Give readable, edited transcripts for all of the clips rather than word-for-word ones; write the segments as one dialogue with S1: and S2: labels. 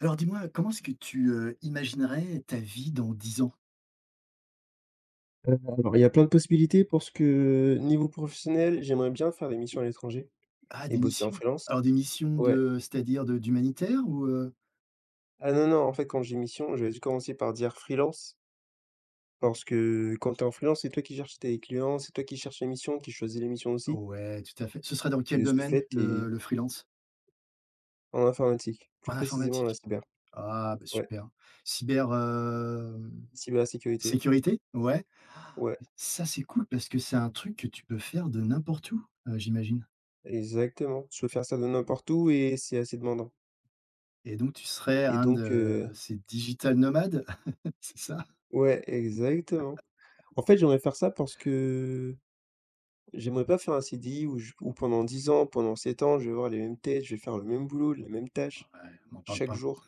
S1: Alors dis-moi, comment est-ce que tu, imaginerais ta vie dans 10 ans?
S2: Alors, il y a plein de possibilités parce que niveau professionnel, j'aimerais bien faire des missions à l'étranger
S1: Ah
S2: et
S1: des
S2: bosser en
S1: missions?
S2: freelance.
S1: Alors des missions
S2: Ouais.
S1: de c'est-à-dire de d'humanitaire ou,
S2: Ah non, non, en fait, quand j'ai mission, j'avais dû commencer par dire freelance parce que quand tu es en freelance, c'est toi qui cherches tes clients, c'est toi qui cherches les missions, qui choisis les missions aussi.
S1: Ouais, tout à fait. Ce serait dans
S2: Et
S1: quel
S2: de ce
S1: domaine
S2: fait,
S1: le
S2: tu
S1: le freelance?
S2: en informatique, plus
S1: En
S2: précisément dans la
S1: informatique?
S2: cyber.
S1: Ah bah
S2: Ouais,
S1: super. Cyber,
S2: cybersécurité.
S1: sécurité? Ouais.
S2: Ouais,
S1: Ça c'est cool parce que c'est un truc que tu peux faire de n'importe où, j'imagine?
S2: exactement. Tu peux faire ça de n'importe où et c'est assez demandant.
S1: Et donc tu serais
S2: Et
S1: un
S2: donc,
S1: de ces digital nomades? C'est ça?
S2: ouais, exactement. En fait, j'aimerais faire ça parce que j'aimerais pas faire un CDI où je où pendant 10 ans, pendant 7 ans, je vais voir les mêmes têtes, je vais faire le même boulot, la même tâche,
S1: Ouais, m'en parle
S2: chaque
S1: pas.
S2: jour.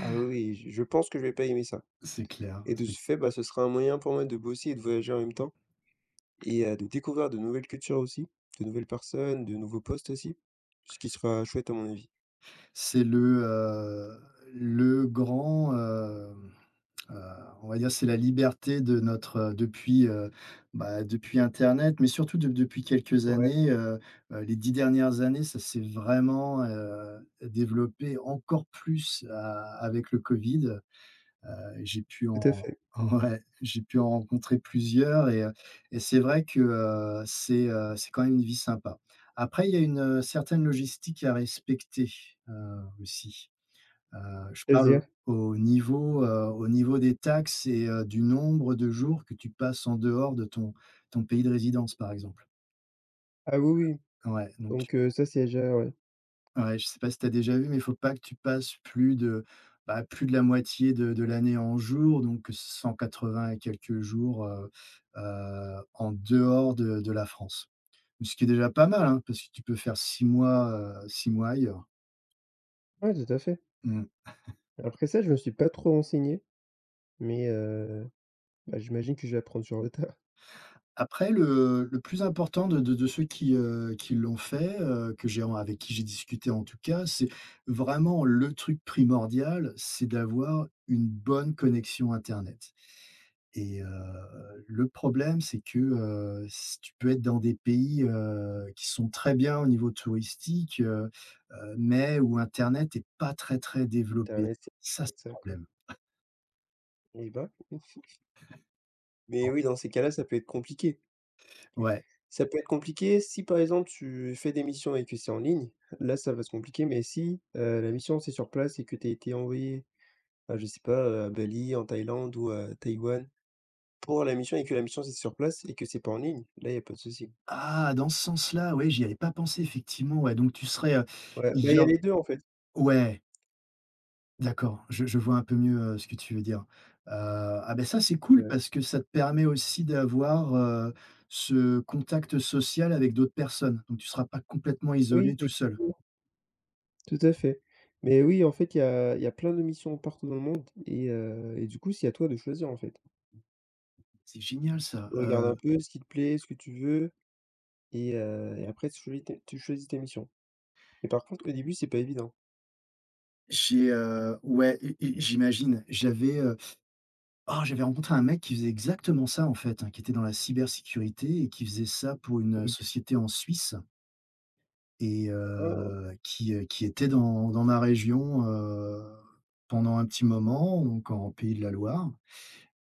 S2: Ah oui, oui, je pense que je vais pas aimer ça.
S1: C'est clair,
S2: Et de ce fait, bah, ce sera un moyen pour moi de bosser et de voyager en même temps et de découvrir de nouvelles cultures aussi, de nouvelles personnes, de nouveaux postes aussi, ce qui sera chouette à mon avis.
S1: c'est le grand, heu, on va dire, c'est la liberté de notre, depuis, bah, depuis internet, mais surtout de depuis quelques
S2: Ouais,
S1: années, les 10 dernières années, ça s'est vraiment, développé encore plus a avec le covid. J'ai pu en
S2: tout à fait.
S1: ouais, j'ai pu en rencontrer plusieurs et c'est vrai que, c'est quand même une vie sympa. Après, il y a une, certaine logistique à respecter, aussi. Je parle
S2: C'est-à-dire?
S1: au niveau des taxes et du nombre de jours que tu passes en dehors de ton pays de résidence, par exemple.
S2: Ah oui, oui,
S1: Ouais, donc
S2: donc ça c'est déjà ouais.
S1: ouais, je sais pas si tu as déjà vu, mais il faut pas que tu passes plus de, bah, plus de la moitié de l'année en jours, donc 180 et quelques jours, en dehors de la France. Ce qui est déjà pas mal, hein, parce que tu peux faire 6 mois, 6 mois ailleurs.
S2: Ouais, tout à fait.
S1: Mmh.
S2: Après ça, je me suis pas trop renseigné, mais bah, j'imagine que je vais apprendre sur le tas.
S1: Après le plus important de ceux qui l'ont fait, que j'ai avec qui j'ai discuté en tout cas, c'est vraiment le truc primordial, c'est d'avoir une bonne connexion internet et, le problème c'est que, s tu peux être dans des pays, qui sont très bien au niveau touristique, mais où internet est pas très, très
S2: Tu un
S1: développé.
S2: essai,
S1: Ça, c'est
S2: faites
S1: le
S2: ça, quoi.
S1: problème.
S2: Eh bah, mais oui, dans ces cas-là, ça peut être compliqué.
S1: Ouais.
S2: Ça peut être compliqué si, par exemple, tu fais des missions et que c'est en ligne, là, ça va se compliquer, mais si, la mission, c'est sur place et que tu as été envoyé, bah, je sais pas, à Bali, en Thaïlande ou à Taïwan pour la mission et que la mission c'est sur place et que c'est pas en ligne, là il y a pas de souci.
S1: Ah dans ce sens-là, ouais, j'y avais pas pensé effectivement, ouais, donc tu serais,
S2: Ouais,
S1: il
S2: bah, il
S1: y
S2: y a
S1: aur
S2: les deux en fait.
S1: ouais, d'accord, je vois un peu mieux, ce que tu veux dire. Ah ben ça, c'est cool
S2: Heu,
S1: parce que ça te permet aussi d'avoir, ce contact social avec d'autres personnes, donc tu seras pas complètement isolé
S2: oui,
S1: tout seul.
S2: exactement, tout à fait. Mais oui, en fait, il y a plein de missions partout dans le monde et et du coup, c'est à toi de choisir en fait.
S1: C'est génial ça,
S2: Tu regardes un peu ce qui te plaît, ce que tu veux et et après tu choisis tes missions. Mais par contre, au début, c'est pas évident.
S1: ouais et j'imagine. J'avais, ah, j'avais rencontré un mec qui faisait exactement ça, en fait, hein, qui était dans la cybersécurité et qui faisait ça pour
S2: Donc
S1: une
S2: il
S1: société en Suisse. Et
S2: y en a un.
S1: qui était dans ma région, pendant un petit moment, donc en Pays de la Loire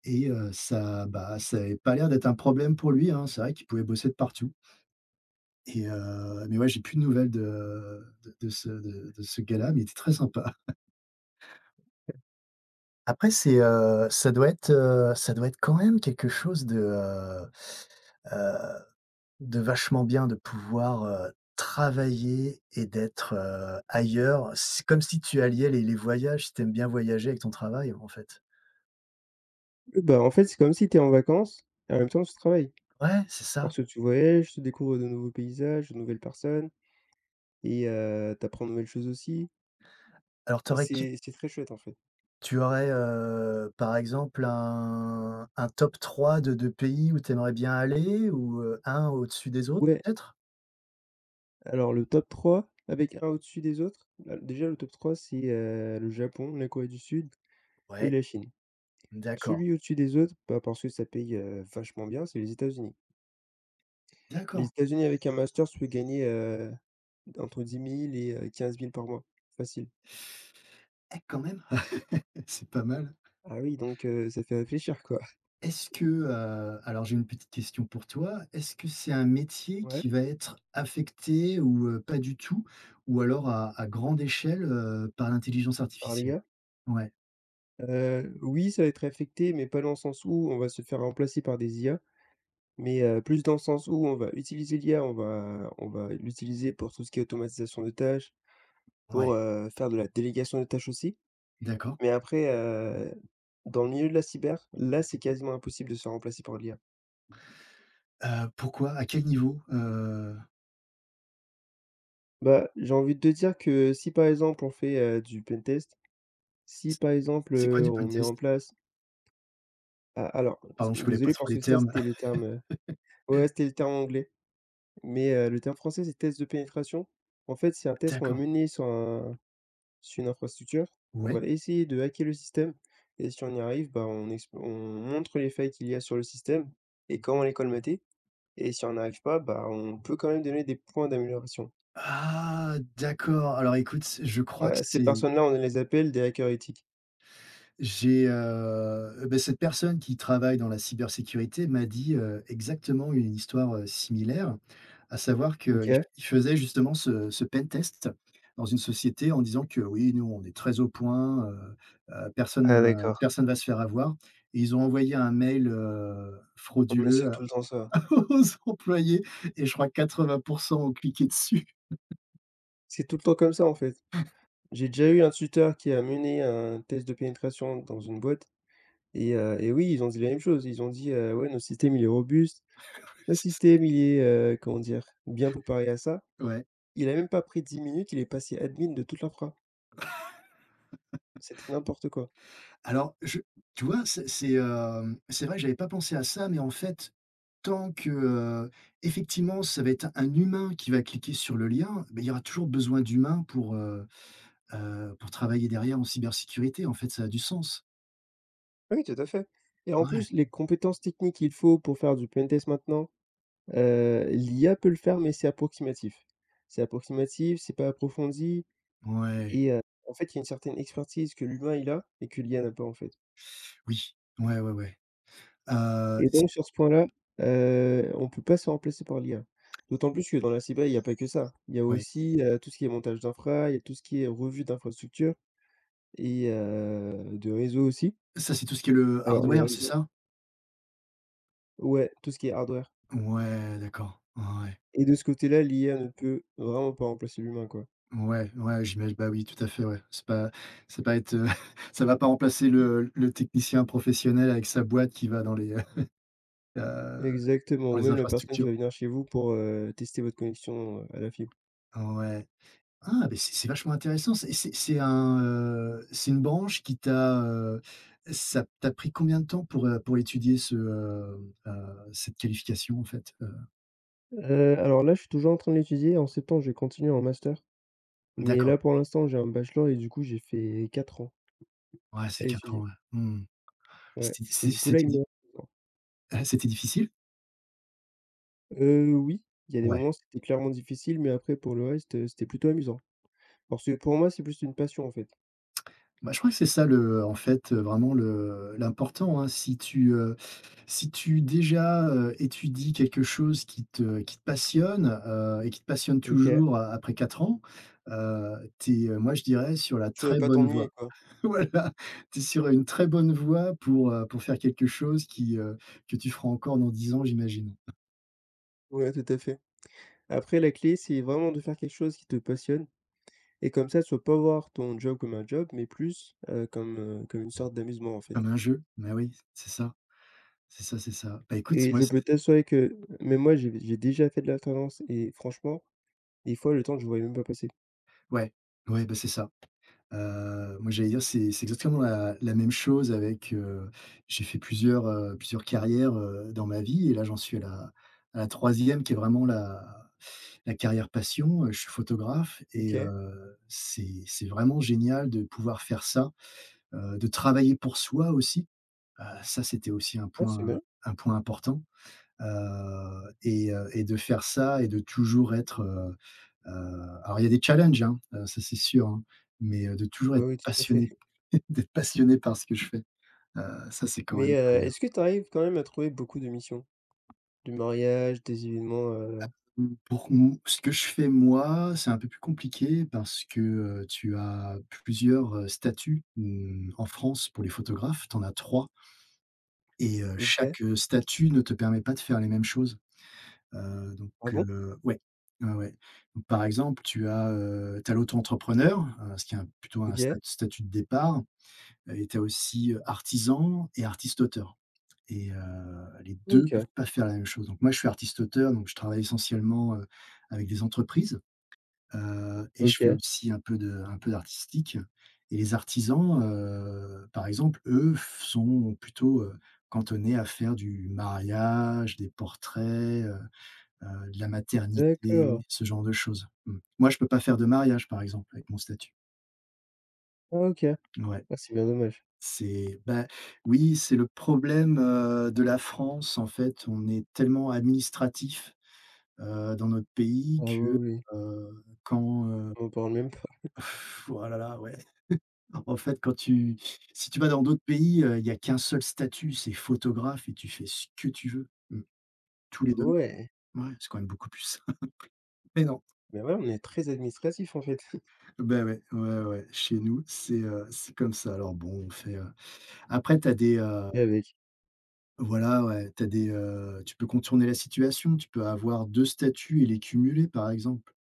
S1: et ça, bah, ça n'avait pas l'air d'être un problème pour lui, hein. C'est vrai qu'il pouvait bosser de partout et, mais ouais, j'ai plus de nouvelles de ce gars-là, mais il était très sympa. Après c'est, ça doit être quand même quelque chose de, heu de vachement bien de pouvoir, travailler et d'être, ailleurs. C'est comme si tu alliais les voyages, si tu aimes bien voyager avec ton travail, en fait.
S2: Oui, bah, en fait, c'est comme si tu es en vacances et en même temps tu travailles.
S1: Ouais, c'est ça.
S2: Parce que tu voyages, tu découvres de nouveaux paysages, de nouvelles personnes et tu apprends de nouvelles choses aussi.
S1: Alors tu aurais qui
S2: C'est très chouette en fait.
S1: tu aurais, par exemple un top 3 de pays où tu aimerais bien aller ou, un au-dessus des autres
S2: Ouais,
S1: peut-être?
S2: alors le top 3 avec un au-dessus des autres, bah, déjà le top 3 c'est, le Japon, la Corée du Sud et
S1: Ouais,
S2: la Chine.
S1: d'accord.
S2: Celui au-dessus des autres, bah, parce que ça paye, vachement bien, c'est les États-Unis. Les
S1: D'accord.
S2: États-Unis avec un master, tu peux gagner, entre 10 000 et 15 000 par mois, facile.
S1: Eh quand même! C'est pas mal.
S2: Ah oui, donc ça fait réfléchir quoi.
S1: Est-ce que, alors j'ai une petite question pour toi. Est-ce que c'est un métier
S2: Ouais,
S1: qui va être affecté ou pas du tout ou alors à grande échelle, par l'intelligence
S2: par
S1: artificielle?
S2: l'IA?
S1: Ouais,
S2: Oui, ça va être affecté, mais pas dans le sens où on va se faire remplacer par des IA, mais plus dans le sens où on va utiliser l'IA, on va l'utiliser pour tout ce qui est automatisation de tâches, pour,
S1: ouais,
S2: faire de la délégation des tâches aussi.
S1: d'accord.
S2: Mais après, dans le milieu de la cyber, là, c'est quasiment impossible de se faire remplacer par l'IA.
S1: Pourquoi? À quel niveau?
S2: Bah, j'ai envie de te dire que si, par exemple, on fait, du pentest, si,
S1: C
S2: par exemple,
S1: c'est quoi du
S2: on met en
S1: pentest?
S2: place
S1: Pardon, je connais pas
S2: désolé
S1: trop
S2: parce
S1: les
S2: que ça,
S1: termes.
S2: c'était le terme, ouais, c'était le terme anglais, mais, le terme français, c'est test de pénétration. En fait, c'est un test qu'on va
S1: D'accord,
S2: mener sur un. C'est une infrastructure, on
S1: ouais.
S2: va essayer de hacker le système et si on y arrive, bah, on montre les failles qu'il y a sur le système et comment les colmater et si on n'y arrive pas, bah, on peut quand même donner des points d'amélioration.
S1: Ah d'accord, alors écoute, je crois que
S2: Voilà, ces
S1: c'est,
S2: personnes-là, on les appelle des hackers éthiques.
S1: beh, cette personne qui travaille dans la cybersécurité m'a dit, exactement une histoire, similaire. À savoir qu'il
S2: OK.
S1: il faisait justement ce pen test dans une société en disant que: «Oui, nous, on est très au point, personne,
S2: Ah d'accord.
S1: va se faire avoir» et ils ont envoyé un mail,
S2: Mais c'est
S1: frauduleux à
S2: tout le temps ça.
S1: aux employés et je crois 80 ont cliqué dessus.
S2: C'est tout le temps comme ça, en fait. J'ai déjà eu un tuteur qui a mené un test de pénétration dans une boîte et oui, ils ont dit la même chose. Ils ont dit: Ouais, notre système, il est robuste. Notre
S1: C'est ça.
S2: système, il est, comment dire? Bien préparé à ça».
S1: Ouais.
S2: Il a même pas pris 10 minutes, il est passé admin de toute l'infra. C'était n'importe quoi.
S1: Alors je tu vois, c'est, c'est vrai que j'avais pas pensé à ça, mais en fait, tant que, effectivement, ça va être un humain qui va cliquer sur le lien, beh, il y aura toujours besoin d'humains pour travailler derrière en cybersécurité, en fait, ça a du sens.
S2: Oui, tout à fait et en
S1: Ouais,
S2: plus, les compétences techniques qu'il faut pour faire du pentest maintenant, l'IA peut le faire, mais c'est approximatif. C'est approximatif, c'est pas approfondi.
S1: ouais,
S2: Et en fait, il y a une certaine expertise que l'humain il a et que l'IA n'a pas, en fait.
S1: oui, ouais, ouais, ouais.
S2: Et
S1: C
S2: donc sur ce point-là, on peut pas se remplacer par l'IA. D'autant plus que dans la cyber, il y a pas que ça. Il y a
S1: ouais.
S2: aussi, tout ce qui est montage d'infra, il y a tout ce qui est revue d'infrastructure et de réseau aussi.
S1: Ça, c'est tout ce qui est le
S2: Alors le
S1: hardware, c'est
S2: réseau
S1: ça?
S2: ouais, tout ce qui est hardware.
S1: Ouais, d'accord. Ouais,
S2: Et de ce côté-là, l'IA ne peut vraiment pas remplacer l'humain, quoi.
S1: ouais, ouais, j'imagi bah, oui, tout à fait, ouais. C'est pas être, ça va pas remplacer le technicien professionnel avec sa boîte qui va dans les, heu,
S2: Exactement,
S1: dans
S2: ou
S1: les
S2: même la personne qui
S1: infrastructures.
S2: va venir chez vous pour, tester votre connexion, à la fibre.
S1: Ouais. Ah, beh, c'est vachement intéressant. C'est un, c'est une branche qui t'a, ça t'a pris combien de temps pour étudier ce, cette qualification en fait?
S2: Alors là, je suis toujours en train de l'étudier. En septembre, je vais continuer en master. Mais
S1: D'accord.
S2: là, pour l'instant, j'ai un bachelor et du coup, j'ai fait 4 ans
S1: Ouais, c'est
S2: à
S1: 4 ans,
S2: étudier.
S1: ouais. Mmh.
S2: Ouais
S1: C'était
S2: et
S1: c'est
S2: du coup, là,
S1: c'était
S2: il me
S1: di
S2: reste 2 ans.
S1: c'était difficile?
S2: Oui, il y a des
S1: Ouais.
S2: moments, c'était clairement difficile, mais après pour le reste, c'était plutôt amusant. Parce que pour moi, c'est plus une passion, en fait.
S1: Bah, je crois que c'est ça le en fait, vraiment le l'important, hein. Si tu déjà, étudies quelque chose qui te passionne, et qui te passionne
S2: OK.
S1: toujours a après 4 ans, tu es, moi je dirais sur la
S2: Tu vas
S1: très
S2: pas
S1: bonne voie.
S2: t'ennuyer, quoi.
S1: Voilà, tu es sur une très bonne voie pour faire quelque chose qui, que tu feras encore dans 10 ans, j'imagine.
S2: Ouais, tout à fait. Après la clé, c'est vraiment de faire quelque chose qui te passionne et comme ça, tu vas pas voir ton job comme un job, mais plus, comme, comme une sorte d'amusement, en fait
S1: Comme un jeu, mais oui, c'est ça, c'est ça, c'est ça. Bah, écoute,
S2: et
S1: moi,
S2: je
S1: c
S2: peux t'assurer que mais moi, j'ai déjà fait de l'alternance et franchement, des fois, le temps, je le voyais même pas passer.
S1: ouais, ouais, bah, c'est ça. Moi, j'allais dire, c'est exactement la même chose avec, j'ai fait plusieurs, plusieurs carrières, dans ma vie et là, j'en suis à la 3e qui est vraiment la carrière passion. Je suis photographe et
S2: OK.
S1: c'est vraiment génial de pouvoir faire ça, de travailler pour soi aussi. Ça, c'était aussi un
S2: Ah, c'est bien.
S1: point important. Et de faire ça et de toujours être, heu, alors il y a des challenges, hein, ça c'est sûr, hein, mais de toujours
S2: Ah
S1: être
S2: oui, tout à fait.
S1: passionné, d'être passionné par ce que je fais. Heu, ça c'est quand
S2: Mais,
S1: même très bien.
S2: est-ce que tu arrives quand même à trouver beaucoup de missions? Du mariage, des événements,
S1: Mmh, pour m ce que je fais moi, c'est un peu plus compliqué parce que, tu as plusieurs, statuts, mmh, en France pour les photographes, tu en as 3 et
S2: OK.
S1: chaque, statut ne te permet pas de faire les mêmes choses. Donc
S2: Ah bon?
S1: ouais, ouais, ouais. Donc par exemple, tu as, tu l'auto-entrepreneur, ce qui est un plutôt un
S2: OK.
S1: statut de départ et tu as aussi, artisan et artiste-auteur et, les 2 peuvent
S2: OK.
S1: pas faire la même chose. Donc moi, je suis artiste-auteur, donc je travaille essentiellement, avec des entreprises, et je fais
S2: OK.
S1: aussi un peu d'artistique et les artisans, par exemple, eux, f sont plutôt, cantonnés à faire du mariage, des portraits, de la
S2: D'accord.
S1: maternité, ce genre de choses. Mmh. Moi, je peux pas faire de mariage, par exemple, avec mon statut.
S2: Ah OK. Ah,
S1: Ouais,
S2: c'est bien dommage.
S1: c'est, bah, oui, c'est le problème, de la France, en fait. On est tellement administratif, dans notre pays
S2: Ah oui,
S1: que,
S2: oui,
S1: heu, quand, heu
S2: on parle même pas.
S1: oh là là, ouais. En fait, quand tu si tu vas dans d'autres pays, il n'y a qu'un seul statut, c'est photographe et tu fais ce que tu veux. Mmh.
S2: Ah
S1: Tous les 2.
S2: ouais!
S1: Ouais, c'est quand même beaucoup plus simple. Mais non.
S2: Mais ouais, on est très administratif, en fait,
S1: Ben ouais, ouais, ouais, chez nous, c'est comme ça. Alors bon, on fait, après t'as des, heu
S2: et avec.
S1: voilà, ouais, t'as des, tu peux contourner la situation, tu peux avoir 2 statuts et les cumuler, par exemple.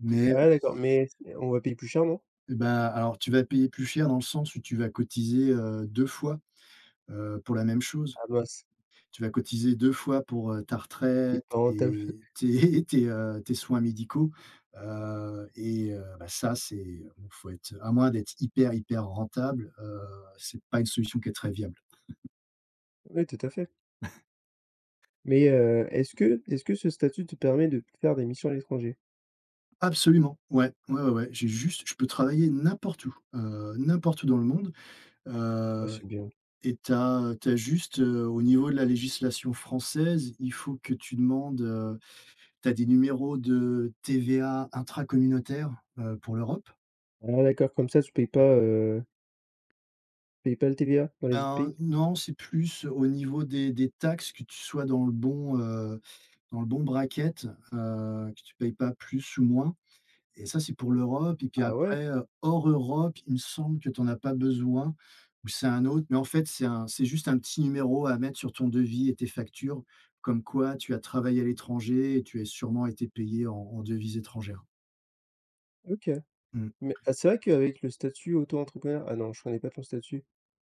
S1: Mais,
S2: Ah d'accord, mais on va payer plus cher, non?
S1: bah, alors tu vas payer plus cher dans le sens où tu vas cotiser, 2 fois, pour la même chose.
S2: Ah mince,
S1: Tu vas cotiser 2 fois pour, ta
S2: il
S1: retraite
S2: est pas rentable.
S1: et tes tes soins médicaux, et bah, ça, c'est bon, faut être à moins d'être hyper, hyper rentable, c'est pas une solution qui est très viable.
S2: Oui, tout à fait. Mais, est-ce que ce statut te permet de faire des missions à l'étranger?
S1: Absolument, ouais, ouais, ouais, ouais. J'ai juste je peux travailler n'importe où dans le monde,
S2: Ah,
S1: heu
S2: c'est bien.
S1: et tu as, juste, au niveau de la législation française, il faut que tu demandes, tu as des numéros de TVA intracommunautaire, pour l'Europe.
S2: Ah d'accord, comme ça, tu payes pas le TVA dans les autres
S1: Ben,
S2: pays?
S1: non, c'est plus au niveau des taxes que tu sois dans le bon bracket, que tu payes pas plus ou moins et ça, c'est pour l'Europe et puis
S2: Ah ouais?
S1: après, hors Europe, il me semble que tu en as pas besoin ou c'est un autre, mais en fait, c'est juste un petit numéro à mettre sur ton devis et tes factures, comme quoi tu as travaillé à l'étranger et tu as sûrement été payé en devises étrangères.
S2: OK.
S1: Mmh,
S2: Mais ah, c'est vrai qu'avec le statut auto-entrepreneur ah non, je connais pas ton statut.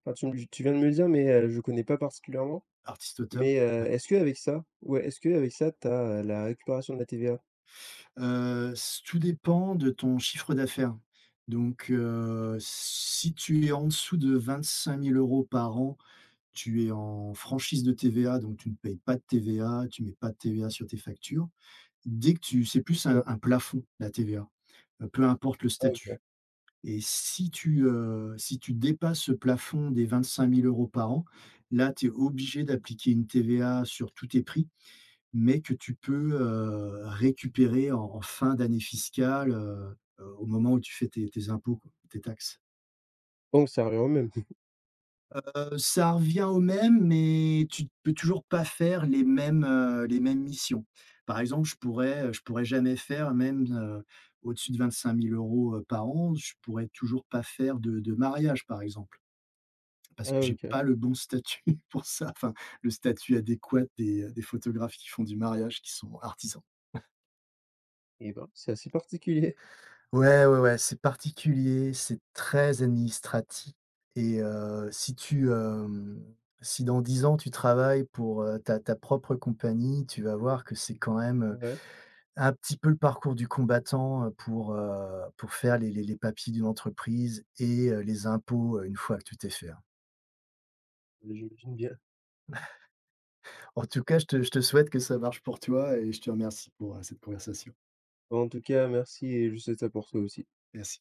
S2: Enfin, tu viens de me le dire, mais je connais pas particulièrement.
S1: artiste auteur.
S2: Mais
S1: Ouais.
S2: est-ce que avec ça ouais, est-ce que avec ça, t'as as la récupération de la TVA?
S1: S tout dépend de ton chiffre d'affaires. Donc, si tu es en dessous de 25 000 euros par an, tu es en franchise de TVA, donc tu ne payes pas de TVA, tu mets pas de TVA sur tes factures. Dès que tu, c'est plus
S2: OK.
S1: un plafond, la TVA, peu importe le
S2: Ah
S1: statut
S2: OK.
S1: et si tu, si tu dépasses ce plafond des 25 000 euros par an, là, tu es obligé d'appliquer une TVA sur tous tes prix mais que tu peux, récupérer en fin d'année fiscale, au moment où tu fais tes impôts quoi, tes taxes.
S2: Donc ça revient au même.
S1: Ça revient au même, mais tu ne peux toujours pas faire les mêmes missions. Par exemple, je pourrais jamais faire même, au-dessus de 25 000 €, par an, je pourrais toujours pas faire de mariage, par exemple, parce que
S2: Ah
S1: j'ai
S2: OK.
S1: pas le bon statut pour ça, enfin, le statut adéquat des photographes qui font du mariage, qui sont artisans.
S2: Et ben, c'est assez particulier.
S1: Ouais, ouais, ouais, c'est particulier, c'est très administratif et, si dans 10 ans tu travailles pour, ta propre compagnie, tu vas voir que c'est quand même,
S2: Ouais,
S1: un petit peu le parcours du combattant, pour faire les papiers d'une entreprise et, les impôts, une fois que tout est fait, hein.
S2: j'imagine bien.
S1: En tout cas, je te souhaite que ça marche pour toi et je te remercie pour, cette conversation.
S2: En tout cas, merci et je souhaite ça pour toi aussi.
S1: Merci.